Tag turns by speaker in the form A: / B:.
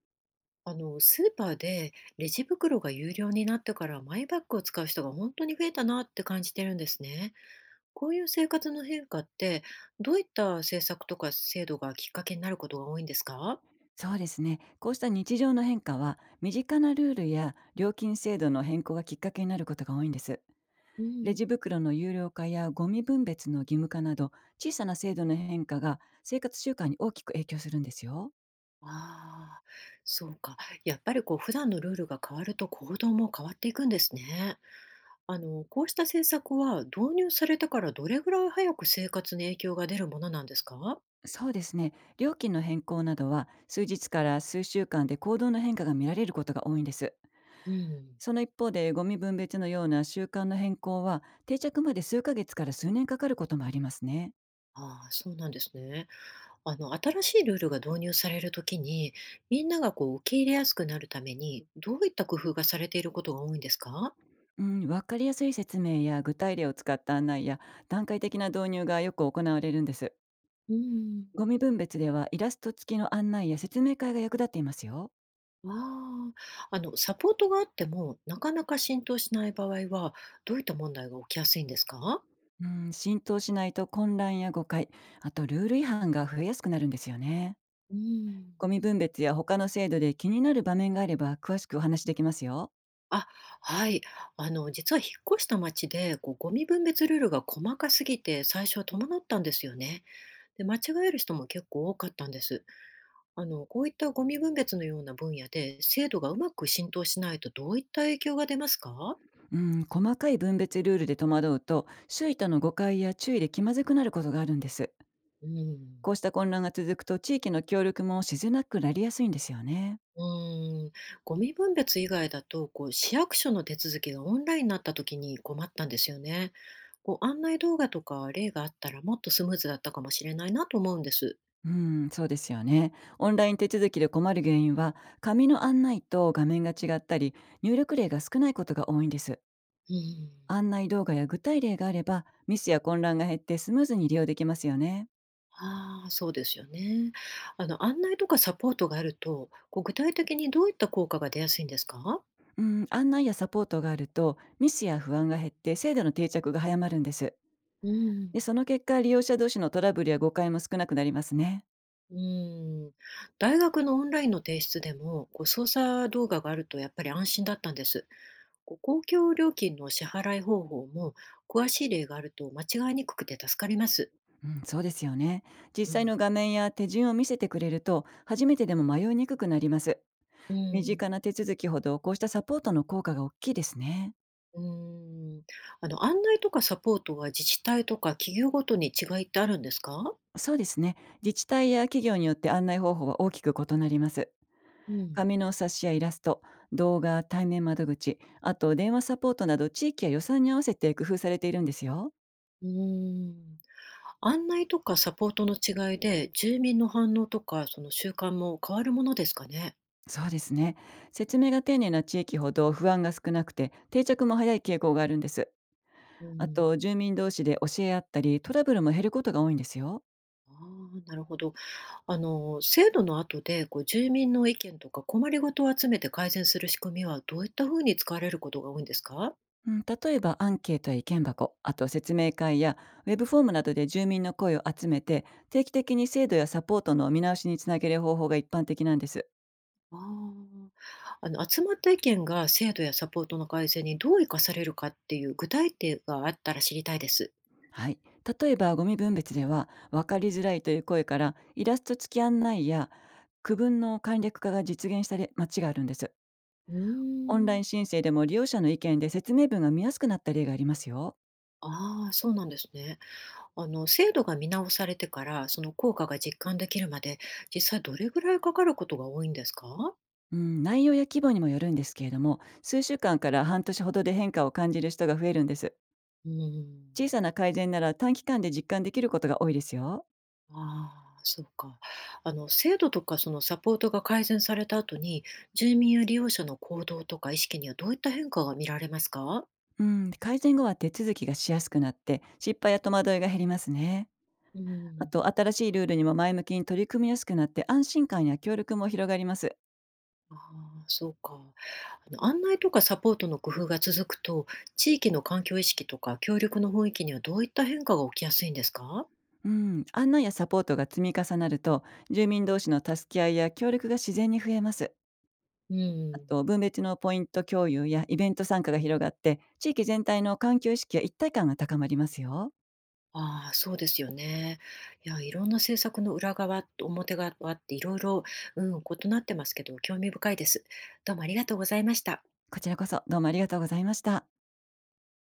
A: スーパーでレジ袋が有料になってからマイバッグを使う人が本当に増えたなって感じてるんですね。こういう生活の変化ってどういった政策とか制度がきっかけになることが多いんですか？
B: そうですね。こうした日常の変化は、身近なルールや料金制度の変更がきっかけになることが多いんです。
A: う
B: レ
A: ん。
B: ジ袋の有料化やゴミ分別の義務化など、小さな制度の変化が生活習慣に大きく影響するんですよ。
A: ああ、そうか。やっぱりこう普段のルールが変わると行動も変わっていくんですね。こうした政策は導入されてからどれぐらい早く生活に影響が出るものなんですか？
B: そうですね。料金の変更などは、数日から数週間で行動の変化が見られることが多いんです。
A: うん。
B: その一方で、ゴミ分別のような習慣の変更は、定着まで数ヶ月から数年かかることもありますね。
A: ああ、そうなんですね。あの、新しいルールが導入されるときに、みんながこう受け入れやすくなるために、どういった工夫がされていることが多いんですか？
B: うん、わかりやすい説明や具体例を使った案内や段階的な導入がよく行われるんです。
A: うん、
B: ゴミ分別ではイラスト付きの案内や説明会が役立っていますよ。
A: ああ、サポートがあっても、なかなか浸透しない場合は、どういった問題が起きやすいんですか？
B: うん、浸透しないと混乱や誤解、あとルール違反が増えやすくなるんですよね。
A: うん、
B: ゴミ分別や他の制度で気になる場面があれば詳しくお話しできますよ。
A: あ、はい。あの、実は引っ越した町で、こう、ゴミ分別ルールが細かすぎて、最初は戸惑ったんですよね。で、間違える人も結構多かったんです。こういったゴミ分別のような分野で制度がうまく浸透しないとどういった影響が出ますか？
B: うん、細かい分別ルールで戸惑うと周囲との誤解や注意で気まずくなることがあるんです。
A: う
B: こ
A: ん。
B: うした混乱が続くと地域の協力もしづらくなりやすいんですよね。
A: うーん、ゴミ分別以外だと、こう、市役所の手続きがオンラインになった時に困ったんですよね。こう、案内動画とか例があったらもっとスムーズだったかもしれないなと思うんです。
B: うん、そうですよね。オンライン手続きで困る原因は、紙の案内と画面が違ったり、入力例が少ないことが多いんです。
A: うん。
B: 案内動画や具体例があれば、ミスや混乱が減ってスムーズに利用できますよね。
A: ああ、そうですよね。案内とかサポートがあると、こう、具体的にどういった効果が出やすいんですか？
B: うん、案内やサポートがあると、ミスや不安が減って制度の定着が早まるんです。
A: うん。
B: で、その結果、利用者同士のトラブルや誤解も少なくなりますね。
A: うん、大学のオンラインの提出でも、こう操作動画があるとやっぱり安心だったんです。こう公共料金の支払い方法も詳しい例があると間違いにくくて助かります。
B: うん、そうですよね。実
A: う
B: 際
A: ん、
B: の画面や手順を見せてくれると、初めてでも迷いにくくなります。
A: う
B: 身近
A: ん、
B: な手続きほど、こうしたサポートの効果が大きいですね。
A: うん。あの案内とかサポートは自治体とか企業ごとに違いってあるんですか？
B: そうですね。自治体や企業によって案内方法は大きく異なります。
A: うん、
B: 紙の冊子やイラスト、動画、対面窓口、あと電話サポートなど、地域や予算に合わせて工夫されているんですよ。
A: うん。案内とかサポートの違いで、住民の反応とかその習慣も変わるものですかね？
B: そうですね。説明が丁寧な地域ほど、不安が少なくて定着も早い傾向があるんです。
A: う
B: あと、
A: ん。
B: 住民同士で教え合ったり、トラブルも減ることが多いんですよ。
A: ああ、なるほど。制度の後で、こう、住民の意見とか困りごとを集めて改善する仕組みはどういったふうに使われることが多いんですか？
B: うん、例えばアンケートや意見箱、あと説明会やウェブフォームなどで住民の声を集めて、定期的に制度やサポートの見直しにつなげる方法が一般的なんです。
A: あ、あの、集まった意見が制度やサポートの改善にどう生かされるかっていう具体例があったら知りたいです。
B: はい。例えばゴミ分別では、分かりづらいという声から、イラスト付き案内や区分の簡略化が実現したり、町があるんです。
A: うー
B: オンライ
A: ん。
B: ン申請でも、利用者の意見で説明文が見やすくなった例がありますよ。
A: ああ、そうなんですね。あの、制度が見直されてから、その効果が実感できるまで、実際どれぐらいかかることが多いんですか？
B: うん、内容や規模にもよるんですけれども、数週間から半年ほどで変化を感じる人が増えるんです。
A: うー
B: 小
A: ん。
B: さな改善なら、短期間で実感できることが多いですよ。
A: ああ、そうか。あの、制度とかそのサポートが改善された後に、住民や利用者の行動とか意識にはどういった変化が見られますか？
B: うん、改善後は手続きがしやすくなって、失敗や戸惑いが減りますね。
A: う
B: あ
A: ん。
B: と、新しいルールにも前向きに取り組みやすくなって、安心感や協力も広がります。
A: ああ、そうか。あの、案内とかサポートの工夫が続くと、地域の環境意識とか協力の雰囲気にはどういった変化が起きやすいんですか？
B: うん、案内やサポートが積み重なると、住民同士の助け合いや協力が自然に増えます。
A: う
B: あ
A: ん。
B: と、分別のポイント共有やイベント参加が広がって、地域全体の環境意識や一体感が高まりますよ。
A: ああ、そうですよね。いや、いろんな政策の裏側と表側っていろいろ、うん、異なってますけど、興味深いです。どうもありがとうございました。
B: こちらこそ、どうもありがとうございました。